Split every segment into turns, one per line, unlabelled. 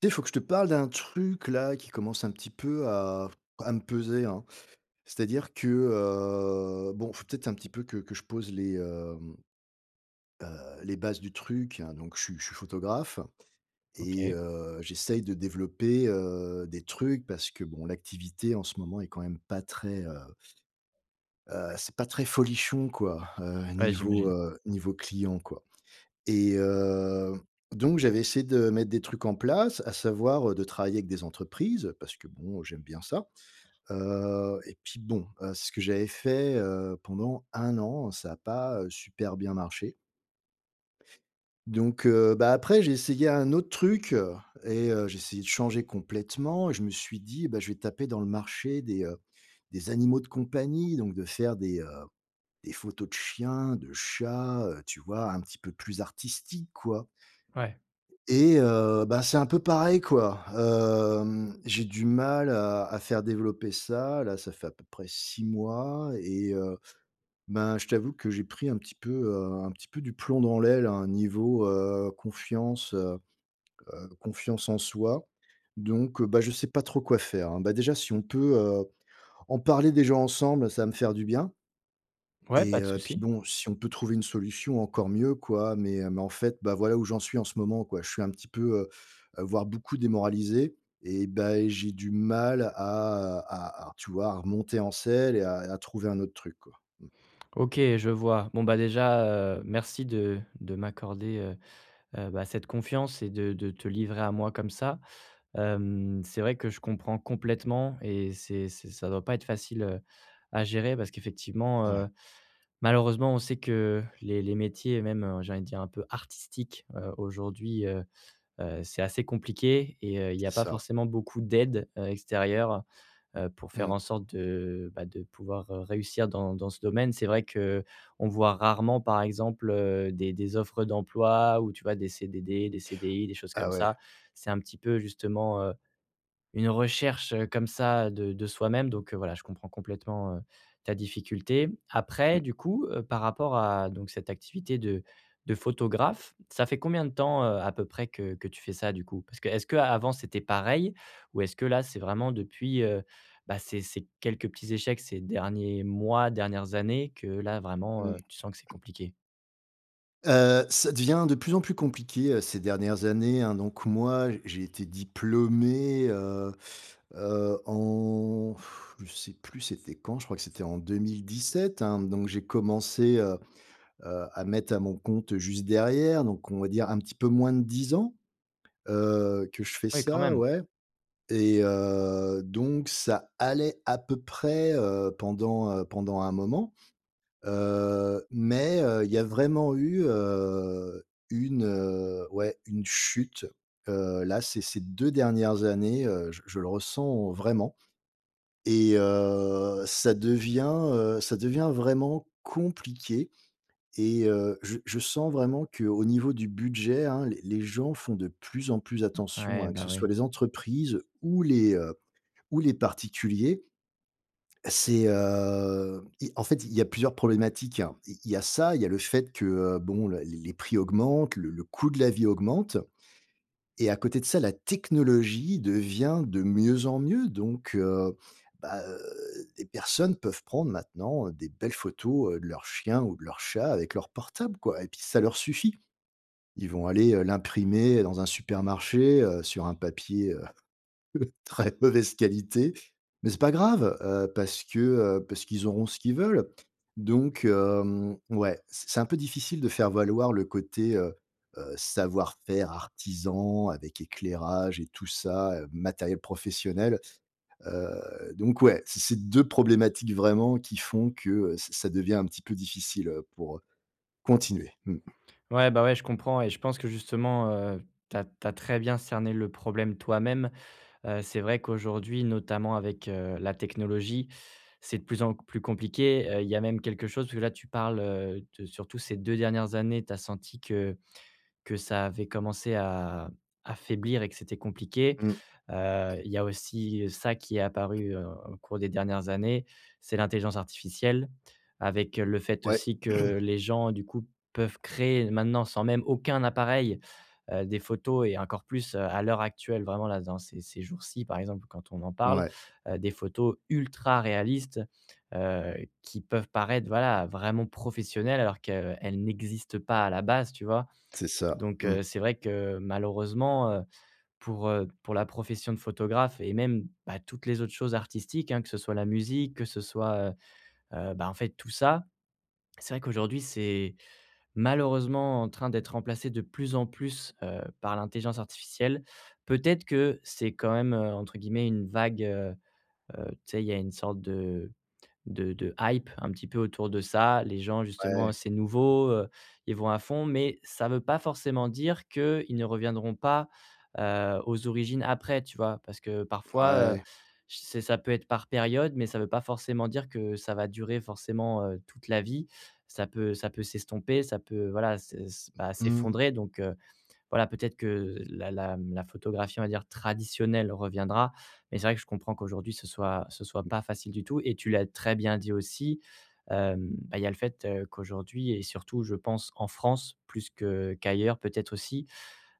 Tu sais, il faut que je te parle d'un truc là qui commence un petit peu à me peser, hein. C'est-à-dire que, bon, faut peut-être un petit peu que je pose les bases du truc, hein. Donc je suis photographe et
OK.
j'essaye de développer, des trucs parce que bon, l'activité en ce moment est quand même pas très, c'est pas très folichon quoi,
Ouais,
niveau,
j'imagine.
heu, niveau client quoi. Et donc j'avais essayé de mettre des trucs en place, à savoir, de travailler avec des entreprises parce que bon, j'aime bien ça. Et puis bon, c'est ce que j'avais fait, pendant un an, ça n'a pas, super bien marché. Donc bah, après j'ai essayé un autre truc, et j'ai essayé de changer complètement et je me suis dit : « Bah, je vais taper dans le marché des animaux de compagnie », donc de faire des photos de chiens, de chats, tu vois? Un petit peu plus artistique, quoi.
Ouais.
Et bah, c'est un peu pareil, quoi. J'ai du mal à faire développer ça. Là, ça fait à peu près 6 mois et ben, je t'avoue que j'ai pris un petit peu du plomb dans l'aile à un niveau, confiance en soi. Donc, bah, je sais pas trop quoi faire, hein. Bah, déjà, si on peut, en parler déjà ensemble, ça va me faire du bien.
Ouais, pas
Et
de
puis
souci.
bon, si on peut trouver une solution, encore mieux, quoi. Mais en fait, bah, voilà où j'en suis en ce moment, quoi. Je suis un petit peu, voire beaucoup démoralisé et bah j'ai du mal à tu vois, à remonter en selle et à trouver un autre truc, quoi. Mmh,
OK, je vois. Bon, bah, déjà, merci de m'accorder, bah, cette confiance et de te livrer à moi comme ça. Hem, c'est vrai que je comprends complètement et c'est ça doit pas être facile, à gérer parce qu'effectivement,
ouais,
malheureusement, on sait que les métiers, même, j'ai envie de dire un peu artistiques, aujourd'hui, c'est assez compliqué et il n'y a
c'est
pas
ça.
forcément beaucoup d'aide, extérieure, pour faire
Mmh.
en sorte de, bah, de pouvoir, réussir dans ce domaine. C'est vrai que on voit rarement, par exemple, des offres d'emploi ou tu vois, des CDD, des CDI, des choses comme
Ah ouais.
ça. C'est un petit peu justement, une recherche, comme ça de soi-même donc voilà, je comprends complètement, ta difficulté. Après du coup, par rapport à donc cette activité de photographe, ça fait combien de temps, à peu près que tu fais ça du coup? Parce que est-ce que avant c'était pareil? Ou est-ce que là c'est vraiment depuis, bah, ces quelques petits échecs ces derniers mois, dernières années que là vraiment,
Mmh mh.
tu sens que c'est compliqué?
Ça devient de plus en plus compliqué, ces dernières années, hein. Donc moi, j'ai été diplômé, en je sais plus c'était quand, je crois que c'était en 2017, hein, donc j'ai commencé, à mettre à mon compte juste derrière, donc on va dire un petit peu moins de 10 ans, que je fais
Oui quand
ça,
même.
ouais et donc ça allait à peu près, pendant un moment, mais il y a vraiment eu, une, ouais, une chute, là ces 2 dernières années, je le ressens vraiment. Et ça devient vraiment compliqué et je sens vraiment qu'au niveau du budget, hein, les gens font de plus en plus attention,
Ouais,
hein, que
bah,
ce soit
oui.
les entreprises ou ou les particuliers. C'est, i en fait, il y a plusieurs problématiques, hein. Il y a ça, il y a le fait que, bon, le les prix augmentent, le coût de la vie augmente et à côté de ça, la technologie devient de mieux en mieux, donc bah, les personnes peuvent prendre maintenant, des belles photos, de leur chien ou de leur chat avec leur portable, quoi et puis ça leur suffit. Ils vont aller, l'imprimer dans un supermarché, sur un papier, très mauvaise qualité, mais c'est pas grave, parce qu'ils auront ce qu'ils veulent. Donc ouais, c'est un peu difficile de faire valoir le côté, savoir-faire artisan avec éclairage et tout ça, matériel professionnel. Donc ouais, c'est deux problématiques vraiment qui font que, ç ça devient un petit peu difficile, continuer. Mmh.
Ouais, bah, ouais, je comprends et je pense que justement, tu as très bien cerné le problème toi-même. C'est vrai qu'aujourd'hui, notamment avec, la technologie, c'est de plus en plus compliqué. Il y a même quelque chose parce que là, tu parles, de surtout ces 2 dernières années, tu as senti que ça avait commencé à affaiblir et que c'était compliqué.
Mmh.
Il y a aussi ça qui est apparu, au cours des dernières années, c'est l'intelligence artificielle, avec le fait
Ouais,
aussi que les gens, du coup, peuvent créer maintenant sans même aucun appareil, des photos et encore plus, à l'heure actuelle, vraiment là, dans ces jours-ci, par exemple, quand on en parle,
ouais,
des photos ultra réalistes, heu, qui peuvent paraître, voilà, vraiment professionnelles alors qu'elles n'existent pas à la base, tu vois?
c'est ça.
Donc
Mmh.
c'est vrai que malheureusement, pour la profession de photographe et même, bah, toutes les autres choses artistiques, hein, que ce soit la musique, que ce soit, bah, en fait tout ça, c'est vrai qu'aujourd'hui c'est malheureusement en train d'être remplacé de plus en plus, par l'intelligence artificielle. Peut-être que c'est quand même, entre guillemets «une vague», tu sais, il y a une sorte de de hype un petit peu autour de ça. Les gens justement,
Ouais,
c'est nouveau, ils vont à fond, mais ça ne veut pas forcément dire qu'ils ne reviendront pas, aux origines après, tu vois? Parce que parfois,
ouais.
c'est ça peut être par période, mais ça ne veut pas forcément dire que ça va durer forcément, toute la vie. Ça peut s'estomper, ça peut voilà, s'es bah,
Mmh.
s'effondrer donc voilà, peut-être que la la photographie, on va dire traditionnelle reviendra, mais c'est vrai que je comprends qu'aujourd'hui ce soit
Mmh.
pas facile du tout et tu l'as très bien dit aussi, hem, bah, il y a le fait, qu'aujourd'hui et surtout je pense en France plus que qu'ailleurs peut-être aussi,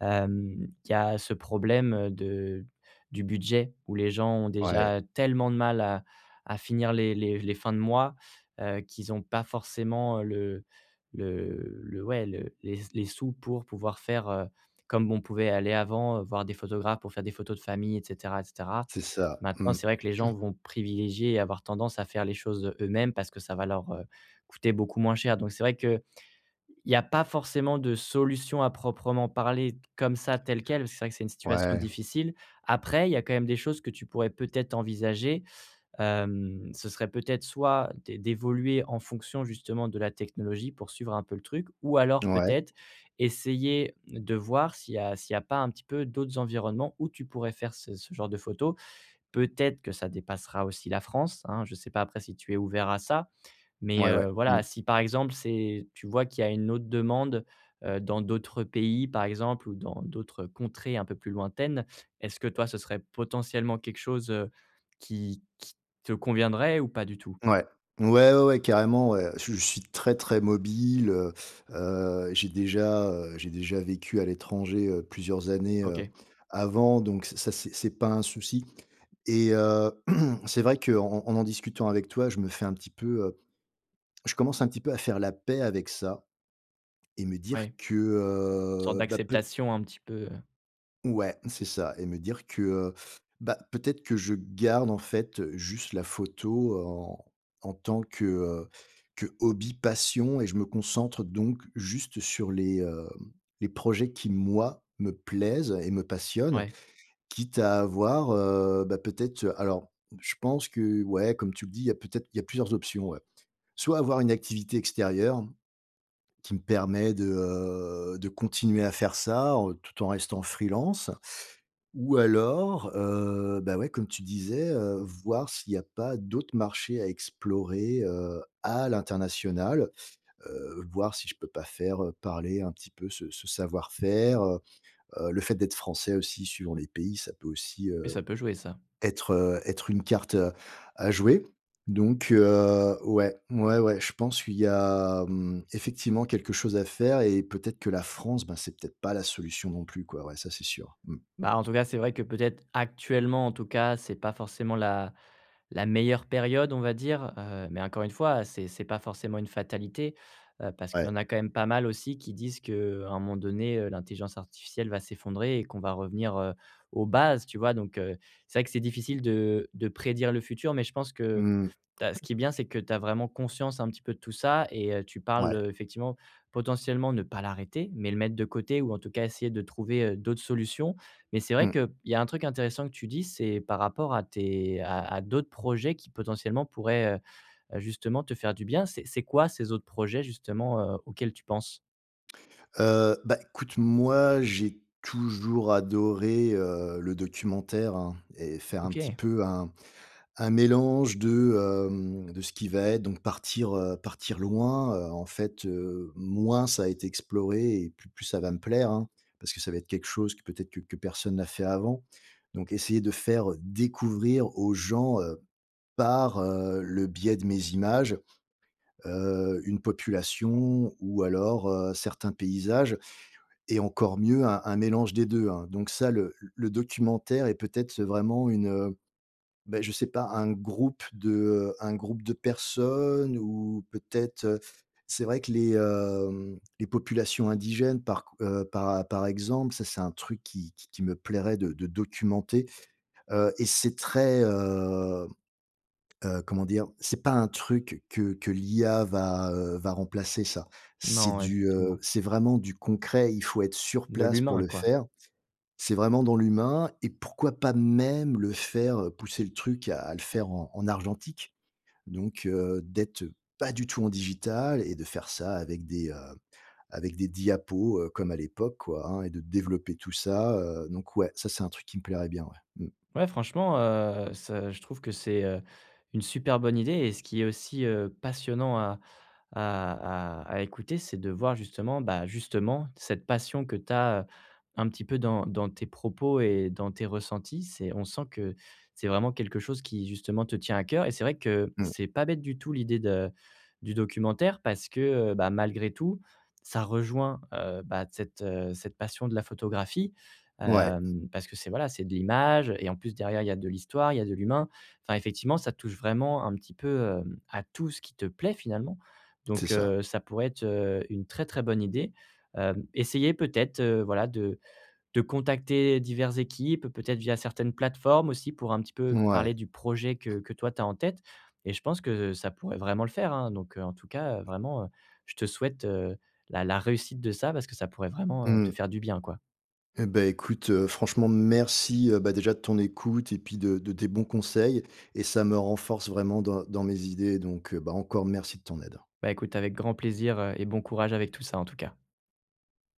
Hem, il y a ce problème, de du budget où les gens ont
Ouais,
déjà tellement de mal à finir les les fins de mois, qu'ils n'ont pas forcément, le ouais, le les sous pour pouvoir faire, comme on pouvait aller avant, voir des photographes pour faire des photos de famille et cetera et cetera.
c'est ça.
Maintenant,
Mmh.
c'est vrai que les gens vont privilégier et avoir tendance à faire les choses, eux-mêmes parce que ça va leur, coûter beaucoup moins cher. Donc c'est vrai que il n'y a pas forcément de solution à proprement parler comme ça, telle quelle, parce que c'est vrai que c'est une situation
Ouais,
difficile. Après, il y a quand même des choses que tu pourrais peut-être envisager. Hem, ce serait peut-être soit d'évoluer en fonction justement de la technologie pour suivre un peu le truc ou alors
ouais,
peut-être essayer de voir s'il y a pas un petit peu d'autres environnements où tu pourrais faire ce genre de photos. Peut-être que ça dépassera aussi la France, hein, je ne sais pas après si tu es ouvert à ça, mais
ouais, ouais, mmh,
voilà, si par exemple, c'est tu vois qu'il y a une autre demande, dans d'autres pays, par exemple, ou dans d'autres contrées un peu plus lointaines, est-ce que toi, ce serait potentiellement quelque chose, qui te conviendrait ou pas du tout?
ouais. Ouais, ouais, ouais, carrément, ouais. Je suis très, très mobile, j'ai déjà vécu à l'étranger, plusieurs années,
OK,
avant, donc ça, c'est pas un souci et c'est vrai qu'en en en en discutant avec toi, je commence un petit peu à faire la paix avec ça et me dire
ouais,
que,
une sorte
bah peut
d'acceptation un petit peu,
Ouais, c'est ça. Et me dire que, bah, peut-être que je garde en fait, juste la photo en tant que hobby passion et je me concentre donc juste sur les projets qui moi me plaisent et me passionnent.
ouais,
Quitte à avoir, bah, peut-être, alors je pense que ouais, comme tu le dis, il y a peut-être il y a plusieurs options, ouais. Soit avoir une activité extérieure qui me permet de continuer à faire ça, en tout en restant freelance. Ou alors, bah, ouais, comme tu disais, voir s'il n'y a pas d'autres marchés à explorer, à l'international. Voir si je peux pas faire, parler un petit peu ce savoir-faire, le fait d'être français aussi suivant les pays, ça peut aussi,
oui, ça peut jouer ça.
être une carte, à jouer. Donc, ouais, ouais, ouais, je pense qu'il y a, effectivement quelque chose à faire et peut-être que la France, ben, c'est peut-être pas la solution non plus quoi, ouais, ça c'est sûr. Mmh,
Bah, en tout cas, c'est vrai que peut-être actuellement, en tout cas, c'est pas forcément la la meilleure période, on va dire, mais encore une fois, c'est pas forcément une fatalité, parce qu'il
ouais,
y en a quand même pas mal aussi qui disent qu'à un moment donné, l'intelligence artificielle va s'effondrer et qu'on va revenir, aux bases, tu vois? Donc c'est vrai que c'est difficile de prédire le futur, mais je pense que
mmh,
tu ce qui est bien, c'est que tu as vraiment conscience un petit peu de tout ça et tu parles,
ouais.
effectivement, potentiellement ne pas l'arrêter, mais le mettre de côté ou en tout cas essayer de trouver, d'autres solutions. Mais c'est vrai
Mmh.
qu'il y a un truc intéressant que tu dis, c'est par rapport à tes à d'autres projets qui potentiellement pourraient, justement te faire du bien. C'est quoi ces autres projets justement, auxquels tu penses?
Bah, écoute, moi, j'ai toujours adoré, le documentaire, hein et faire un petit
OK.
peu un mélange de ce qui va être donc partir loin, en fait, moins ça a été exploré et plus ça va me plaire, hein, parce que ça va être quelque chose que peut-être que personne n'a fait avant. Donc essayer de faire, découvrir aux gens, par, le biais de mes images, une population ou alors, certains paysages. Et encore mieux, un mélange des deux, hein. Donc ça, le documentaire est peut-être vraiment une, bah, je sais pas, un groupe de personnes ou peut-être, c'est vrai que les populations indigènes par exemple, ça, c'est un truc qui me plairait de documenter, et c'est très, comment dire? C'est pas un truc que l'IA va, remplacer ça. C'est
Non,
du, heu,
effectivement,
c'est vraiment du concret, il faut être sur
de
place pour
l'humain,
le
quoi.
faire. C'est vraiment dans l'humain et pourquoi pas même le faire, pousser le truc à le faire en argentique? D'être pas du tout en digital et de faire ça avec des diapos, comme à l'époque quoi, hein et de développer tout ça, donc ouais, ça c'est un truc qui me plairait bien, ouais. Mmh.
Ouais, franchement, ça je trouve que c'est, une super bonne idée et ce qui est aussi, passionnant à écouter, c'est de voir justement, bah, justement, cette passion que tu as, un petit peu dans tes propos et dans tes ressentis. C'est on sent que c'est vraiment quelque chose qui justement te tient à cœur et c'est vrai que
Mmh.
c'est pas bête du tout l'idée de du documentaire parce que, bah, malgré tout, ça rejoint, bah, cette, cette passion de la photographie.
Ouais,
Hem, parce que c'est voilà, c'est de l'image et en plus derrière, il y a de l'histoire, il y a de l'humain. Enfin effectivement, ça touche vraiment un petit peu, hem, à tout ce qui te plaît finalement.
c'est
Donc
ça.
ça pourrait être, une très, très bonne idée. Hem, essayer peut-être, voilà de contacter diverses équipes, peut-être via certaines plateformes aussi pour un petit peu
Ouais.
parler du projet que toi tu as en tête et je pense que ça pourrait vraiment le faire, hein. Donc en tout cas, vraiment, je te souhaite, la la réussite de ça parce que ça pourrait vraiment, te
Mmh.
faire du bien, quoi.
Et bah, écoute, franchement merci, bah, déjà de ton écoute et puis de tes bons conseils et ça me renforce vraiment dans mes idées donc bah, encore merci de ton aide.
Bah, écoute, avec grand plaisir, et bon courage avec tout ça, en tout cas.